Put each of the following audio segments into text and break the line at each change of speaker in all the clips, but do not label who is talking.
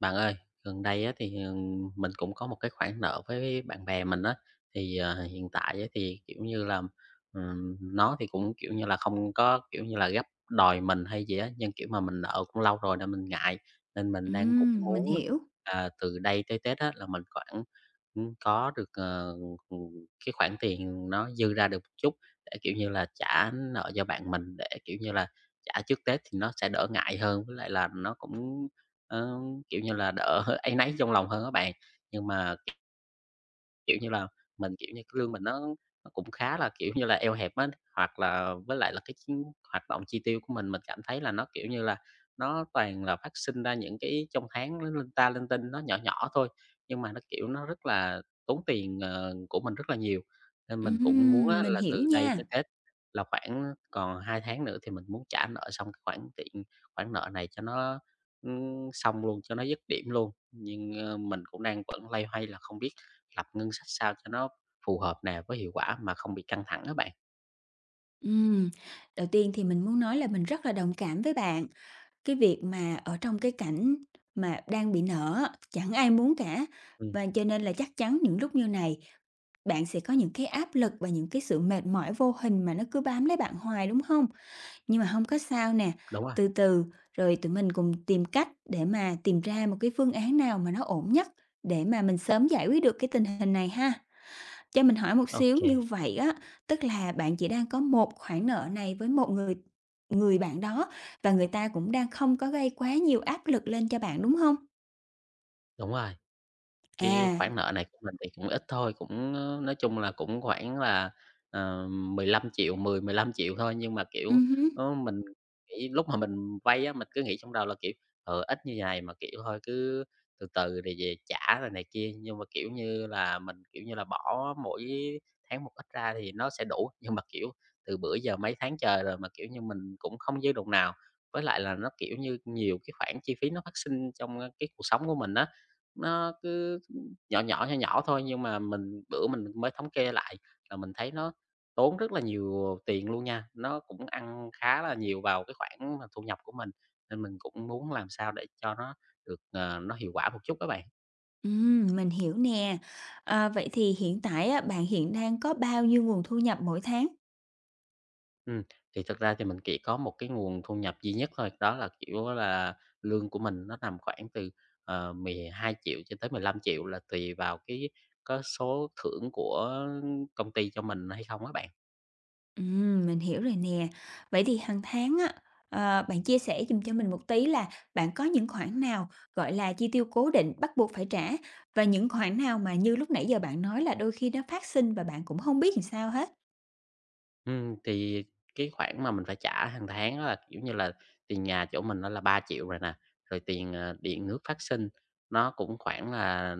Bạn ơi, gần đây á thì, mình cũng có một cái khoản nợ với bạn bè mình á, thì, hiện tại á thì, kiểu như là, nó thì cũng, kiểu như là, không có, kiểu như là, gấp đòi mình hay gì á, nhưng, kiểu, mà mình nợ cũng lâu rồi nên mình ngại, nên mình đang cũng
Mình
muốn
hiểu.
là từ đây tới Tết á là mình khoảng, có được, ừm, cái khoản tiền nó dư ra được một chút để, kiểu như là, trả nợ cho bạn mình để, kiểu như là, trả trước Tết thì nó sẽ đỡ ngại hơn, với lại là nó cũng, ờ, kiểu như là, đỡ áy náy trong lòng hơn á bạn. Nhưng mà kiểu như là, mình, kiểu như, cái lương mình nó cũng khá là, kiểu như là, eo hẹp á, hoặc là với lại là cái chi hoạt động chi tiêu của mình cảm thấy là nó, kiểu như là, nó toàn là phát sinh ra những cái trong tháng nó linh ta linh tinh, nó nhỏ nhỏ thôi, nhưng mà nó, kiểu, nó rất là tốn tiền, của mình rất là nhiều. Nên mình cũng muốn á
Mình
là
hiểu
từ đây tới
nha.
Tết là khoảng còn 2 tháng nữa thì mình muốn trả nợ xong cái khoản nợ này cho nó, xong luôn, cho nó dứt điểm luôn. Nhưng, mình cũng đang vẫn loay hoay là không biết lập ngân sách sao cho nó phù hợp nè, với hiệu quả mà không bị căng thẳng đó bạn.
Ừm, đầu tiên thì mình muốn nói là mình rất là đồng cảm với bạn. Cái việc mà ở trong cái cảnh mà đang bị nợ á, chẳng ai muốn cả,
Ừm,
và cho nên là chắc chắn những lúc như này bạn sẽ có những cái áp lực và những cái sự mệt mỏi vô hình mà nó cứ bám lấy bạn hoài, đúng không? Nhưng mà không có sao nè,
đúng rồi,
từ từ rồi tụi mình cùng tìm cách để mà tìm ra một cái phương án nào mà nó ổn nhất để mà mình sớm giải quyết được cái tình hình này ha. Cho mình hỏi một
ok,
xíu như vậy á, tức là bạn chỉ đang có một khoản nợ này với một người người bạn đó và người ta cũng đang không có gây quá nhiều áp lực lên cho bạn, đúng hông?
đúng rồi. Cái
À,
khoản nợ này của mình thì cũng ít thôi, cũng, nói chung là cũng khoảng là, 15.000.000, 10 15.000.000 thôi, nhưng mà, kiểu,
hứm,
mình nghĩ lúc mà mình vay á, mình cứ nghĩ trong đầu là, kiểu, "Ờ, ít như này mà, kiểu, thôi cứ từ từ để về trả" rồi này kia. Nhưng mà, kiểu như là, mình, kiểu như là, bỏ mỗi tháng một ít ra thì nó sẽ đủ, nhưng mà, kiểu, từ bữa giờ mấy tháng trời rồi mà, kiểu như, mình cũng không dư đồng nào. Với lại là nó, kiểu như, nhiều cái khoản chi phí nó phát sinh trong, cái cuộc sống của mình á, nó cứ nhỏ nhỏ, nhỏ nhỏ thôi nhưng mà mình bữa mình mới thống kê lại là mình thấy nó tốn rất là nhiều tiền luôn nha. Nó cũng ăn khá là nhiều vào cái khoản mà thu nhập của mình, nên mình cũng muốn làm sao để cho nó được, nó hiệu quả một chút á bạn.
mình hiểu nè. Ờ, vậy thì hiện tại á, bạn hiện đang có bao nhiêu nguồn thu nhập mỗi tháng?
Ừm, thì thật ra thì mình chỉ có một cái nguồn thu nhập duy nhất thôi, đó là, kiểu á là, lương của mình nó nằm khoảng từ, 12.000.000 cho tới 15 triệu là tùy vào cái có số thưởng của công ty cho mình hay không á bạn.
Mình hiểu rồi nè. Vậy thì hàng tháng á, bạn chia sẻ giùm cho mình một tí là bạn có những khoản nào, gọi là, chi tiêu cố định bắt buộc phải trả và những khoản nào mà như lúc nãy giờ bạn nói là đôi khi nó phát sinh và bạn cũng không biết làm sao hết?
Thì cái khoản mà mình phải trả hàng tháng á là, kiểu như là, tiền nhà chỗ mình nó là 3 triệu rồi nè, rồi tiền, điện nước phát sinh, nó cũng khoảng là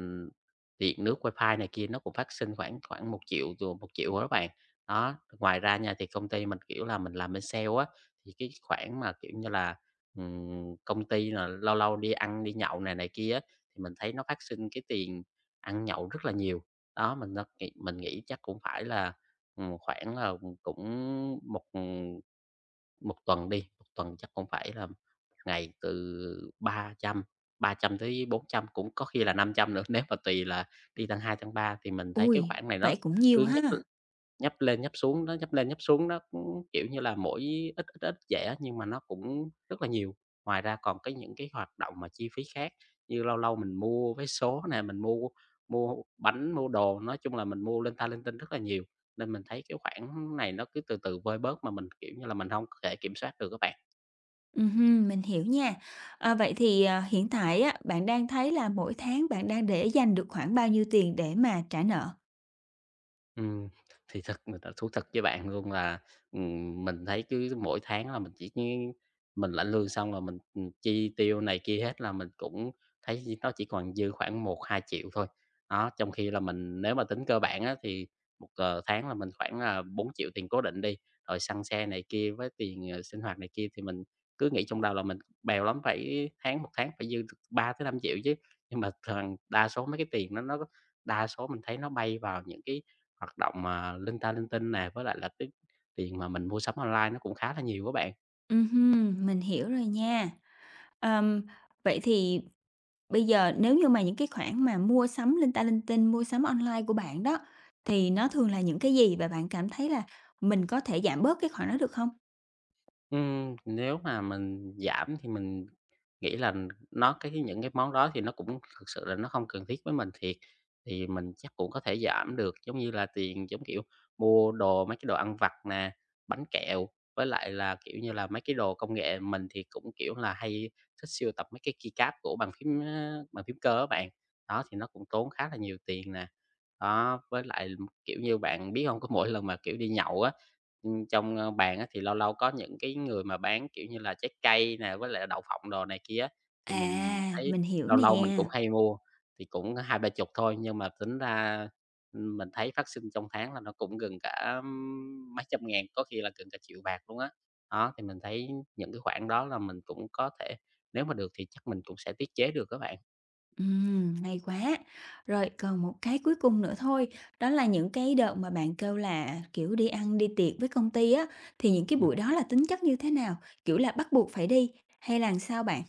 điện nước, wifi này kia nó cũng phát sinh khoảng khoảng 1 triệu 000 rồi 1.000.000 bạn. Đó, ngoài ra nha thì công ty mình, kiểu là, mình làm bên sale á, thì cái khoản mà, kiểu như là, công ty là lâu lâu đi ăn, đi nhậu này này kia á, thì mình thấy nó phát sinh cái tiền ăn nhậu rất là nhiều. Đó, mình nghĩ chắc cũng phải là khoảng là cũng một tuần đi, một tuần chắc cũng phải là 1 ngày từ ba trăm tới 400 cũng có khi là 500 nữa, nếu mà tùy là đi tăng 2 tăng 3 thì mình thấy cái
Ui,
khoản này nó
vậy cũng
cứ
nhiều
nhắc
ha.
Nhấp lên nhấp xuống đó, nhấp lên nhấp xuống đó, cũng, kiểu như là, mỗi ít, ít, ít vậy á, nhưng mà nó cũng rất là nhiều. Ngoài ra còn những cái hoạt động mà chi phí khác, như lâu lâu mình mua vé số nè, mình mua mua bánh, mua đồ, nói chung là mình mua linh ta linh tinh rất là nhiều, nên mình thấy cái khoản này nó cứ từ từ vơi bớt mà mình, kiểu như là, mình không thể kiểm soát được các bạn.
Ừm, mình hiểu nha. Ờ, vậy thì, hiện tại á, bạn đang thấy là mỗi tháng bạn đang để dành được khoảng bao nhiêu tiền để mà trả nợ?
Ừm, thì thật mình đã thú thật với bạn luôn là, mình thấy cứ mỗi tháng là mình lãnh lương xong là mình, chi tiêu này kia hết là mình cũng thấy nó chỉ còn dư khoảng một hai triệu thôi. Đó, trong khi là mình nếu mà tính cơ bản á, thì một tháng là mình khoảng là 4 triệu tiền cố định đi, rồi xăng xe này kia với tiền, sinh hoạt này kia thì mình cứ nghĩ trong đầu là mình bèo lắm phải tháng một tháng phải dư được 3 000 000 5 chứ. Nhưng mà thường đa số mấy cái tiền nó đa số mình thấy nó bay vào những cái hoạt động, mà linh ta linh tinh nè, với lại là cái tiền mà mình mua sắm online nó cũng khá là nhiều các bạn.
Ừm, mình hiểu rồi nha. Ờm, Vậy thì bây giờ nếu như mà những cái khoản mà mua sắm linh ta linh tinh, mua sắm online của bạn đó, thì nó thường là những cái gì và bạn cảm thấy là mình có thể giảm bớt cái khoản đó được không?
Nếu mà mình giảm thì mình nghĩ là nó cái những cái món đó thì nó cũng thực sự là nó không cần thiết với mình thiệt, thì mình chắc cũng có thể giảm được. Giống như là tiền, giống kiểu, mua đồ mấy cái đồ ăn vặt nè, bánh kẹo, với lại là, kiểu như là, mấy cái đồ công nghệ. Mình thì cũng, kiểu là, hay thích sưu tập mấy cái keycap của bàn phím, á, bàn phím cơ á bạn, đó, thì nó cũng tốn khá là nhiều tiền nè. Đó, với lại, kiểu như, bạn biết không? Có mỗi lần mà, kiểu, đi nhậu á, trong, bàn á, thì lâu lâu có những cái người mà bán, kiểu như là, trái cây nè, với lại đậu phộng đồ này kia á, thì
À,
mình thấy
mình hiểu
lâu lâu mình
nè.
cũng hay mua, thì cũng hai ba chục thôi, nhưng mà tính ra, mình thấy phát sinh trong tháng là nó cũng gần cả mấy trăm ngàn, có khi là gần cả triệu bạc luôn á. Đó, thì mình thấy những cái khoản đó là mình cũng có thể nếu mà được thì chắc mình cũng sẽ tiết chế được các bạn.
Hay quá. Rồi còn một cái cuối cùng nữa thôi, đó là những cái đợt mà bạn kêu là, kiểu, đi ăn, đi tiệc với công ty á, thì những cái buổi đó là tính chất như thế nào? Kiểu là bắt buộc phải đi hay là sao bạn?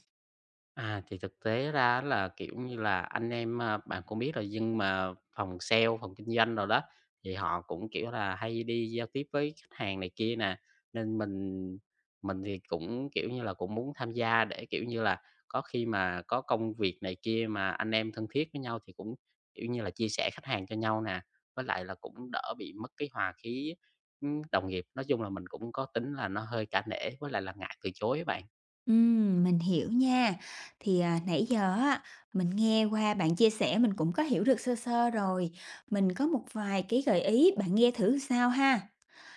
À, thì thực tế ra là, kiểu như là, anh em, bạn cũng biết rồi, nhưng mà phòng sale, phòng kinh doanh rồi đó, thì họ cũng, kiểu là, hay đi giao tiếp với khách hàng này kia nè, nên mình thì cũng, kiểu như là, cũng muốn tham gia để, kiểu như là, có khi mà có công việc này kia mà anh em thân thiết với nhau thì cũng, kiểu như là, chia sẻ khách hàng cho nhau nè, với lại là cũng đỡ bị mất cái hòa khí, đồng nghiệp. Nói chung là mình cũng có tính là nó hơi cả nể với lại là ngại từ chối á bạn.
Mình hiểu nha. Thì, nãy giờ á, mình nghe qua bạn chia sẻ mình cũng có hiểu được sơ sơ rồi. Mình có một vài cái gợi ý, bạn nghe thử sao ha.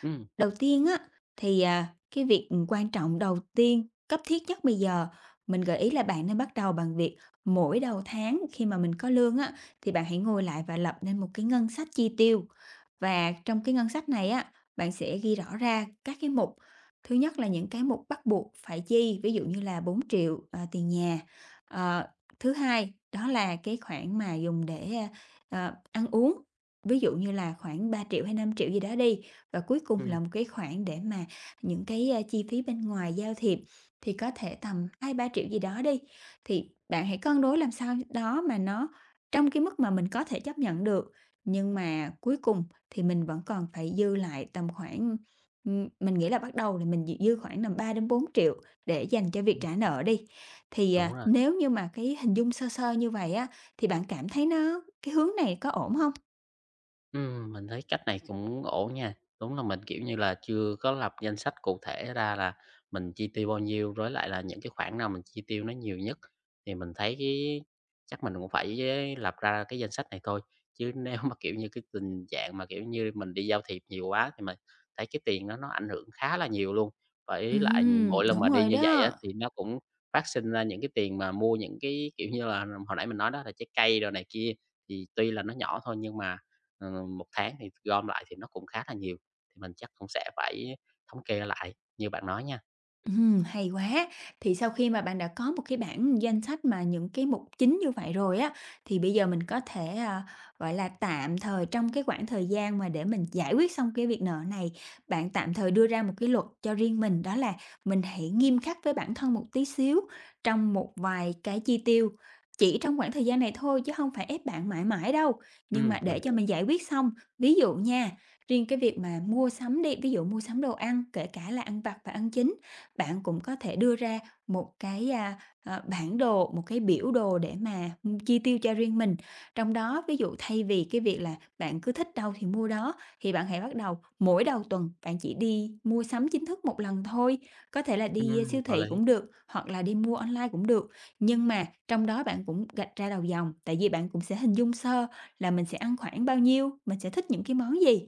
Ừm,
Đầu tiên á, thì, cái việc quan trọng đầu tiên, cấp thiết nhất bây giờ, mình gợi ý là bạn nên bắt đầu bằng việc mỗi đầu tháng khi mà mình có lương á, thì bạn hãy ngồi lại và lập nên một cái ngân sách chi tiêu. Và trong cái ngân sách này á, bạn sẽ ghi rõ ra các cái mục. Thứ nhất là những cái mục bắt buộc phải chi, ví dụ như là 4.000.000 000 tiền nhà. Ờ, thứ hai đó là cái khoản mà dùng để, ăn uống, ví dụ như là khoảng 3.000.000 hay 5.000.000 gì đó đi, và cuối cùng
Ừm,
là một cái khoản để mà những cái, chi phí bên ngoài giao thiệp thì có thể tầm 2-3.000.000 gì đó đi, thì bạn hãy cân đối làm sao đó mà nó trong cái mức mà mình có thể chấp nhận được. Nhưng mà cuối cùng thì mình vẫn còn phải dư lại tầm khoảng mình nghĩ là bắt đầu là mình dư khoảng tầm 3 đến 4.000.000 để dành cho việc
ừm,
trả nợ đi. Thì,
đúng rồi.
nếu như mà cái hình dung sơ sơ như vậy á, thì bạn cảm thấy nó cái hướng này có ổn không?
Mình thấy cách này cũng ổn nha. Đúng là mình, kiểu như là, chưa có lập danh sách cụ thể ra là mình chi tiêu bao nhiêu, với lại là những cái khoản nào mình chi tiêu nó nhiều nhất. Thì mình thấy chắc mình cũng phải lập ra cái danh sách này thôi, chứ nếu mà, kiểu như, cái tình trạng mà, kiểu như, mình đi giao thiệp nhiều quá thì mình thấy cái tiền đó nó ảnh hưởng khá là nhiều luôn. Với lại mỗi lần mà
Đúng
đi
rồi
như vậy á,
đó.
thì nó cũng phát sinh ra những cái tiền mà mua những cái, kiểu như là, hồi nãy mình nói đó là trái cây đồ này kia, thì tuy là nó nhỏ thôi nhưng mà 1 tháng thì gom lại thì nó cũng khá là nhiều, thì mình chắc cũng sẽ phải thống kê lại như bạn nói nha.
Hay quá! Thì sau khi mà bạn đã có một cái bảng danh sách mà những cái mục chính như vậy rồi á, thì bây giờ mình có thể, gọi là, tạm thời trong cái khoảng thời gian mà để mình giải quyết xong cái việc nợ này, bạn tạm thời đưa ra một cái luật cho riêng mình, đó là mình hãy nghiêm khắc với bản thân một tí xíu trong một vài cái chi tiêu, chỉ trong khoảng thời gian này thôi chứ không phải ép bạn mãi mãi đâu. Nhưng mà
Mình
để cho
hiểu.
mình giải quyết xong, ví dụ nha, riêng cái việc mà mua sắm đi, ví dụ mua sắm đồ ăn, kể cả là ăn vặt và ăn chính bạn cũng có thể đưa ra một cái, a, à, bản đồ, một cái biểu đồ để mà chi tiêu cho riêng mình. Trong đó, ví dụ thay vì cái việc là bạn cứ thích đâu thì mua đó, thì bạn hãy bắt đầu mỗi đầu tuần bạn chỉ đi mua sắm chính thức một lần thôi, có thể là đi,
Ừm,
siêu
có
thị
lý.
cũng được, hoặc là đi mua online cũng được. Nhưng mà trong đó bạn cũng gạch ra đầu dòng, tại vì bạn cũng sẽ hình dung sơ là mình sẽ ăn khoảng bao nhiêu, mình sẽ thích những cái món gì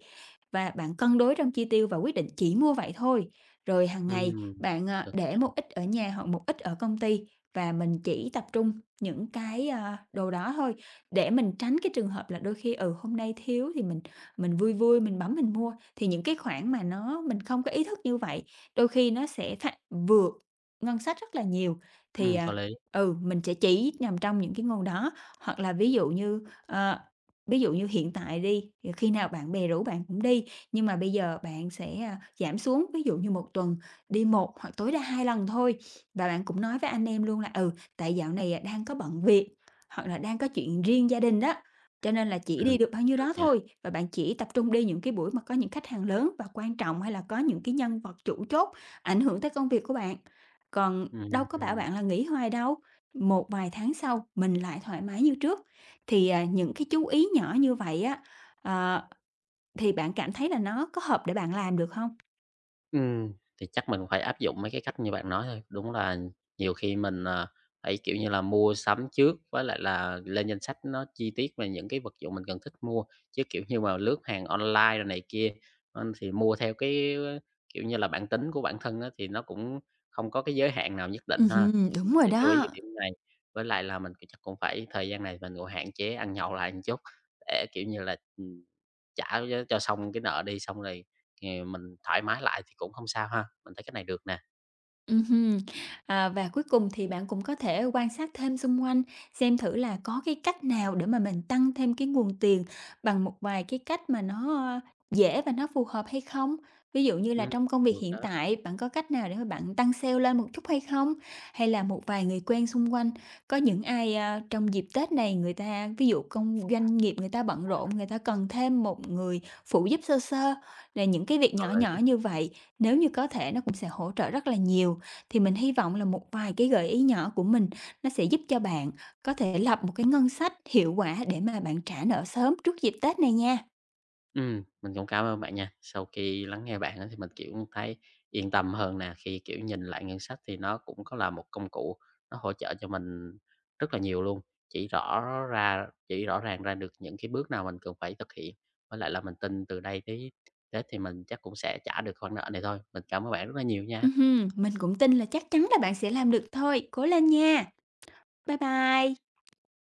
và bạn cân đối trong chi tiêu và quyết định chỉ mua vậy thôi. Rồi hàng ngày
Ừm,
bạn,
được.
để một ít ở nhà hoặc một ít ở công ty và mình chỉ tập trung những cái, đồ đó thôi, để mình tránh cái trường hợp là đôi khi, hôm nay thiếu thì mình vui vui mình bấm mình mua. Thì những cái khoản mà nó mình không có ý thức như vậy, đôi khi nó sẽ vượt ngân sách rất là nhiều, thì,
Ừm, có lý.
mình sẽ chỉ nằm trong những cái nguồn đó. Hoặc là ví dụ như, ví dụ như hiện tại đi, thì khi nào bạn bè rủ bạn cũng đi, nhưng mà bây giờ bạn sẽ, giảm xuống, ví dụ như một tuần đi một hoặc tối đa 2 lần thôi. Và bạn cũng nói với anh em luôn là "Ừ, tại dạo này, đang có bận việc, hoặc là đang có chuyện riêng gia đình đó, cho nên là chỉ
Ừm,
đi được bao nhiêu
được
đó
nha.
thôi." Và bạn chỉ tập trung đi những cái buổi mà có những khách hàng lớn và quan trọng, hay là có những cái nhân vật chủ chốt ảnh hưởng tới công việc của bạn. Còn đâu có bảo
Ừm.
bạn là nghỉ hoài đâu, một vài tháng sau mình lại thoải mái như trước, thì, những cái chú ý nhỏ như vậy á, ờ, thì bạn cảm thấy là nó có hợp để bạn làm được không?
Ừm. Thì chắc mình phải áp dụng mấy cái cách như bạn nói thôi. Đúng là nhiều khi mình, phải, kiểu như là, mua sắm trước với lại là lên danh sách nó chi tiết về những cái vật dụng mình cần thích mua, chứ, kiểu như mà, lướt hàng online rồi này kia, thì mua theo cái, kiểu như là, bản tính của bản thân á, thì nó cũng không có cái giới hạn nào nhất định ha.
Ừm,
Thì
đúng
mình
rồi
sẽ chú ý cái
đó.
điểm này, với lại là mình cũng chắc cũng phải thời gian này mình cũng hạn chế ăn nhậu lại một chút để, kiểu như là, trả cho xong cái nợ đi, xong rồi thì mình thoải mái lại thì cũng không sao ha, mình thấy cách này được nè.
Ừm, à, và cuối cùng thì bạn cũng có thể quan sát thêm xung quanh, xem thử là có cái cách nào để mà mình tăng thêm cái nguồn tiền bằng một vài cái cách mà nó, dễ và nó phù hợp hay không? Ví dụ như là
Ừm,
trong công việc
được
hiện
đó,
tại, bạn có cách nào để mà bạn tăng sale lên một chút hay không? Hay là một vài người quen xung quanh, có những ai, trong dịp Tết này người ta ví dụ công doanh nghiệp người ta bận rộn, người ta cần thêm một người phụ giúp sơ sơ, là những cái việc
hợp
nhỏ
lý.
nhỏ như vậy, nếu như có thể nó cũng sẽ hỗ trợ rất là nhiều. Thì mình hy vọng là một vài cái gợi ý nhỏ của mình nó sẽ giúp cho bạn có thể lập một cái ngân sách hiệu quả để mà bạn trả nợ sớm trước dịp Tết này nha.
Mình cũng cảm ơn bạn nha. Sau khi lắng nghe bạn á thì mình, kiểu, thấy yên tâm hơn nè, khi, kiểu, nhìn lại ngân sách thì nó cũng có là một công cụ nó hỗ trợ cho mình rất là nhiều luôn, chỉ rõ chỉ rõ ràng ra được những cái bước nào mình cần phải thực hiện. Với lại là mình tin từ đây tới Tết thì mình chắc cũng sẽ trả được khoản nợ này thôi. Mình cảm ơn bạn rất là nhiều nha.
Ừm, mình cũng tin là chắc chắn là bạn sẽ làm được thôi. Cố lên nha. Bye bye.